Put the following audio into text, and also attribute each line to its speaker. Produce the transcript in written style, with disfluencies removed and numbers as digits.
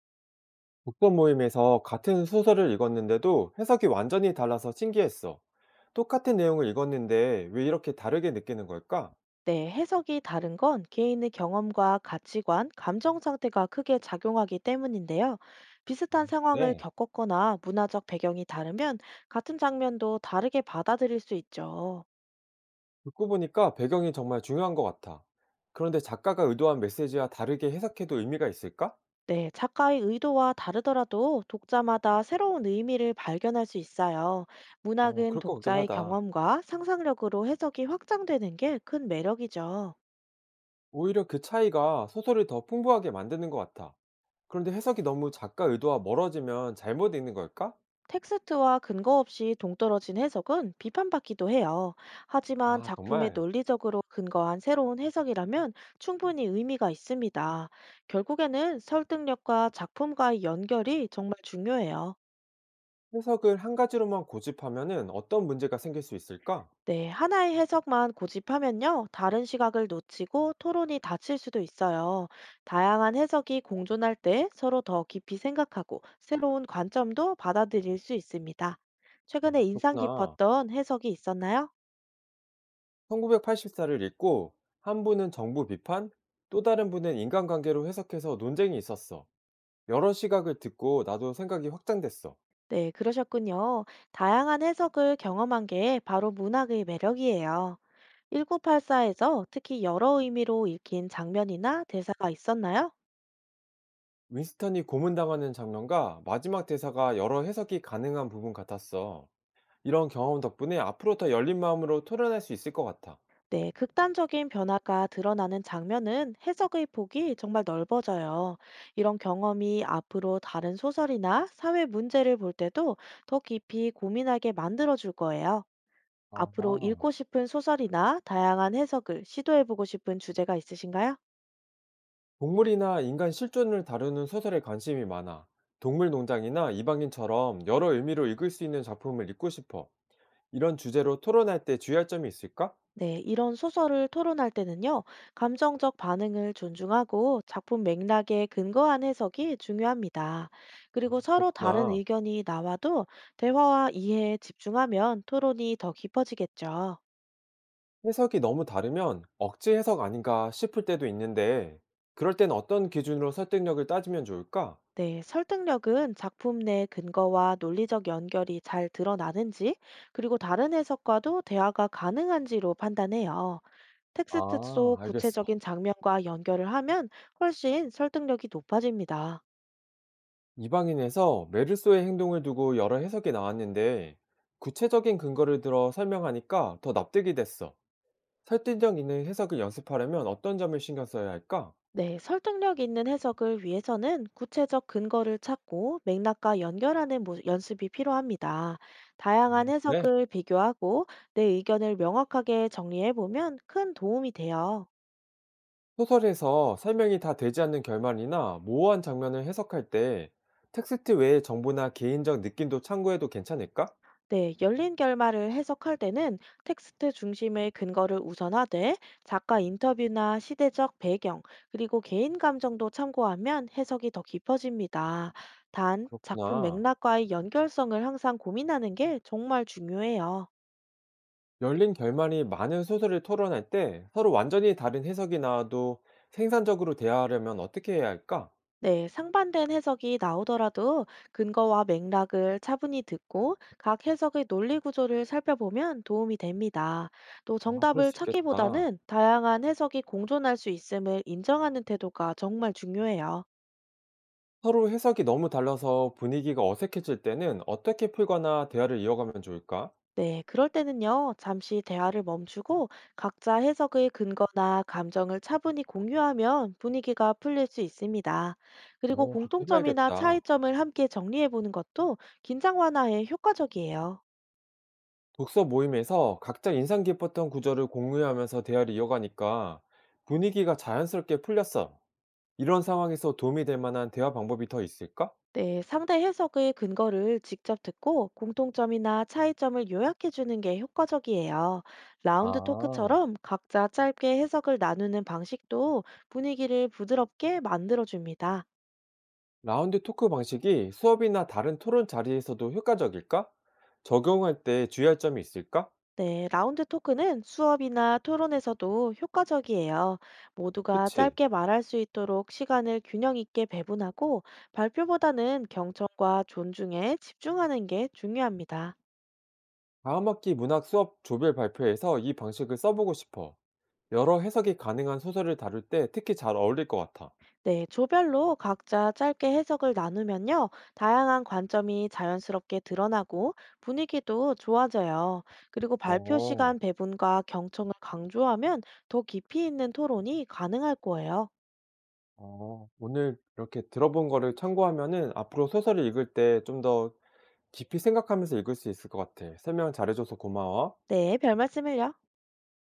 Speaker 1: 독서 모임에서 같은 소설을 읽었는데도 해석이 완전히 달라서 신기했어. 똑같은 내용을 읽었는데 왜 이렇게 다르게 느끼는 걸까?
Speaker 2: 네, 해석이 다른 건 개인의 경험과 가치관, 감정 상태가 크게 작용하기 때문인데요. 비슷한 상황을
Speaker 1: 네.
Speaker 2: 겪었거나 문화적 배경이 다르면 같은 장면도 다르게 받아들일 수 있죠.
Speaker 1: 듣고 보니까 배경이 정말 중요한 것 같아. 그런데 작가가 의도한 메시지와 다르게 해석해도 의미가 있을까?
Speaker 2: 네, 작가의 의도와 다르더라도 독자마다 새로운 의미를 발견할 수 있어요.
Speaker 1: 어,
Speaker 2: 문학은
Speaker 1: 그럴 것 같긴
Speaker 2: 독자의
Speaker 1: 하다.
Speaker 2: 경험과 상상력으로 해석이 확장되는 게 큰 매력이죠.
Speaker 1: 오히려 그 차이가 소설을 더 풍부하게 만드는 것 같아. 그런데 해석이 너무 작가 의도와 멀어지면 잘못 읽는 걸까?
Speaker 2: 텍스트와 근거 없이 동떨어진 해석은 비판받기도 해요. 하지만
Speaker 1: 아,
Speaker 2: 작품에
Speaker 1: 정말.
Speaker 2: 논리적으로 근거한 새로운 해석이라면 충분히 의미가 있습니다. 결국에는 설득력과 작품과의 연결이 정말 중요해요.
Speaker 1: 해석을 한 가지로만 고집하면은 어떤 문제가 생길 수 있을까?
Speaker 2: 네, 하나의 해석만 고집하면요, 다른 시각을 놓치고 토론이 닫힐 수도 있어요. 다양한 해석이 공존할 때 서로 더 깊이 생각하고 새로운 관점도 받아들일 수 있습니다. 최근에 인상
Speaker 1: 그렇구나.
Speaker 2: 깊었던 해석이 있었나요?
Speaker 1: 1984를 읽고 한 분은 정부 비판, 또 다른 분은 인간관계로 해석해서 논쟁이 있었어. 여러 시각을 듣고 나도 생각이 확장됐어.
Speaker 2: 네, 그러셨군요. 다양한 해석을 경험한 게 바로 문학의 매력이에요. 1984에서 특히 여러 의미로 읽힌 장면이나 대사가 있었나요?
Speaker 1: 윈스턴이 고문당하는 장면과 마지막 대사가 여러 해석이 가능한 부분 같았어. 이런 경험 덕분에 앞으로 더 열린 마음으로 토론할 수 있을 것 같아.
Speaker 2: 네, 극단적인 변화가 드러나는 장면은 해석의 폭이 정말 넓어져요. 이런 경험이 앞으로 다른 소설이나 사회 문제를 볼 때도 더 깊이 고민하게 만들어줄 거예요. 앞으로 읽고
Speaker 1: 아,
Speaker 2: 싶은 소설이나 다양한 해석을 시도해보고 싶은 주제가 있으신가요?
Speaker 1: 동물이나 인간 실존을 다루는 소설에 관심이 많아. 동물 농장이나 이방인처럼 여러 의미로 읽을 수 있는 작품을 읽고 싶어. 이런 주제로 토론할 때 주의할 점이 있을까?
Speaker 2: 네, 이런 소설을 토론할 때는요, 감정적 반응을 존중하고 작품 맥락에 근거한 해석이 중요합니다. 그리고 서로 다른
Speaker 1: 그렇구나.
Speaker 2: 의견이 나와도 대화와 이해에 집중하면 토론이 더 깊어지겠죠.
Speaker 1: 해석이 너무 다르면 억지 해석 아닌가 싶을 때도 있는데, 그럴 땐 어떤 기준으로 설득력을 따지면 좋을까?
Speaker 2: 네, 설득력은 작품 내 근거와 논리적 연결이 잘 드러나는지, 그리고 다른 해석과도 대화가 가능한지로 판단해요. 텍스트
Speaker 1: 아,
Speaker 2: 속
Speaker 1: 알겠어.
Speaker 2: 구체적인 장면과 연결을 하면 훨씬 설득력이 높아집니다.
Speaker 1: 이방인에서 메르소의 행동을 두고 여러 해석이 나왔는데, 구체적인 근거를 들어 설명하니까 더 납득이 됐어. 설득력 있는 해석을 연습하려면 어떤 점을 신경 써야 할까?
Speaker 2: 네, 설득력 있는 해석을 위해서는 구체적 근거를 찾고 맥락과 연결하는 연습이 필요합니다. 다양한
Speaker 1: 네.
Speaker 2: 해석을 비교하고 내 의견을 명확하게 정리해 보면 큰 도움이 돼요.
Speaker 1: 소설에서 설명이 다 되지 않는 결말이나 모호한 장면을 해석할 때, 텍스트 외의 정보나 개인적 느낌도 참고해도 괜찮을까?
Speaker 2: 네, 열린 결말을 해석할 때는 텍스트 중심의 근거를 우선하되 작가 인터뷰나 시대적 배경, 그리고 개인 감정도 참고하면 해석이 더 깊어집니다. 단, 작품
Speaker 1: 그렇구나.
Speaker 2: 맥락과의 연결성을 항상 고민하는 게 정말 중요해요.
Speaker 1: 열린 결말이 많은 소설을 토론할 때 서로 완전히 다른 해석이 나와도 생산적으로 대화하려면 어떻게 해야 할까?
Speaker 2: 네, 상반된 해석이 나오더라도 근거와 맥락을 차분히 듣고 각 해석의 논리 구조를 살펴보면 도움이 됩니다. 또
Speaker 1: 아, 그럴
Speaker 2: 정답을
Speaker 1: 수 있겠다.
Speaker 2: 찾기보다는 다양한 해석이 공존할 수 있음을 인정하는 태도가 정말 중요해요.
Speaker 1: 서로 해석이 너무 달라서 분위기가 어색해질 때는 어떻게 풀거나 대화를 이어가면 좋을까?
Speaker 2: 네, 그럴 때는요, 잠시 대화를 멈추고 각자 해석의 근거나 감정을 차분히 공유하면 분위기가 풀릴 수 있습니다. 그리고
Speaker 1: 어, 그렇게
Speaker 2: 공통점이나
Speaker 1: 해봐야겠다.
Speaker 2: 차이점을 함께 정리해보는 것도 긴장 완화에 효과적이에요.
Speaker 1: 독서 모임에서 각자 인상 깊었던 구절을 공유하면서 대화를 이어가니까 분위기가 자연스럽게 풀렸어. 이런 상황에서 도움이 될 만한 대화 방법이 더 있을까?
Speaker 2: 네, 상대 해석의 근거를 직접 듣고 공통점이나 차이점을 요약해 주는 게 효과적이에요. 라운드
Speaker 1: 아.
Speaker 2: 토크처럼 각자 짧게 해석을 나누는 방식도 분위기를 부드럽게 만들어 줍니다.
Speaker 1: 라운드 토크 방식이 수업이나 다른 토론 자리에서도 효과적일까? 적용할 때 주의할 점이 있을까?
Speaker 2: 네, 라운드 토크는 수업이나 토론에서도 효과적이에요. 모두가
Speaker 1: 그치.
Speaker 2: 짧게 말할 수 있도록 시간을 균형 있게 배분하고 발표보다는 경청과 존중에 집중하는 게 중요합니다.
Speaker 1: 다음 학기 문학 수업 조별 발표에서 이 방식을 써보고 싶어. 여러 해석이 가능한 소설을 다룰 때 특히 잘 어울릴 것 같아.
Speaker 2: 네, 조별로 각자 짧게 해석을 나누면요, 다양한 관점이 자연스럽게 드러나고 분위기도 좋아져요. 그리고 발표
Speaker 1: 어,
Speaker 2: 시간 배분과 경청을 강조하면 더 깊이 있는 토론이 가능할 거예요.
Speaker 1: 오늘 이렇게 들어본 거를 참고하면은 앞으로 소설을 읽을 때 좀 더 깊이 생각하면서 읽을 수 있을 것 같아. 설명 잘해줘서 고마워.
Speaker 2: 네, 별 말씀을요.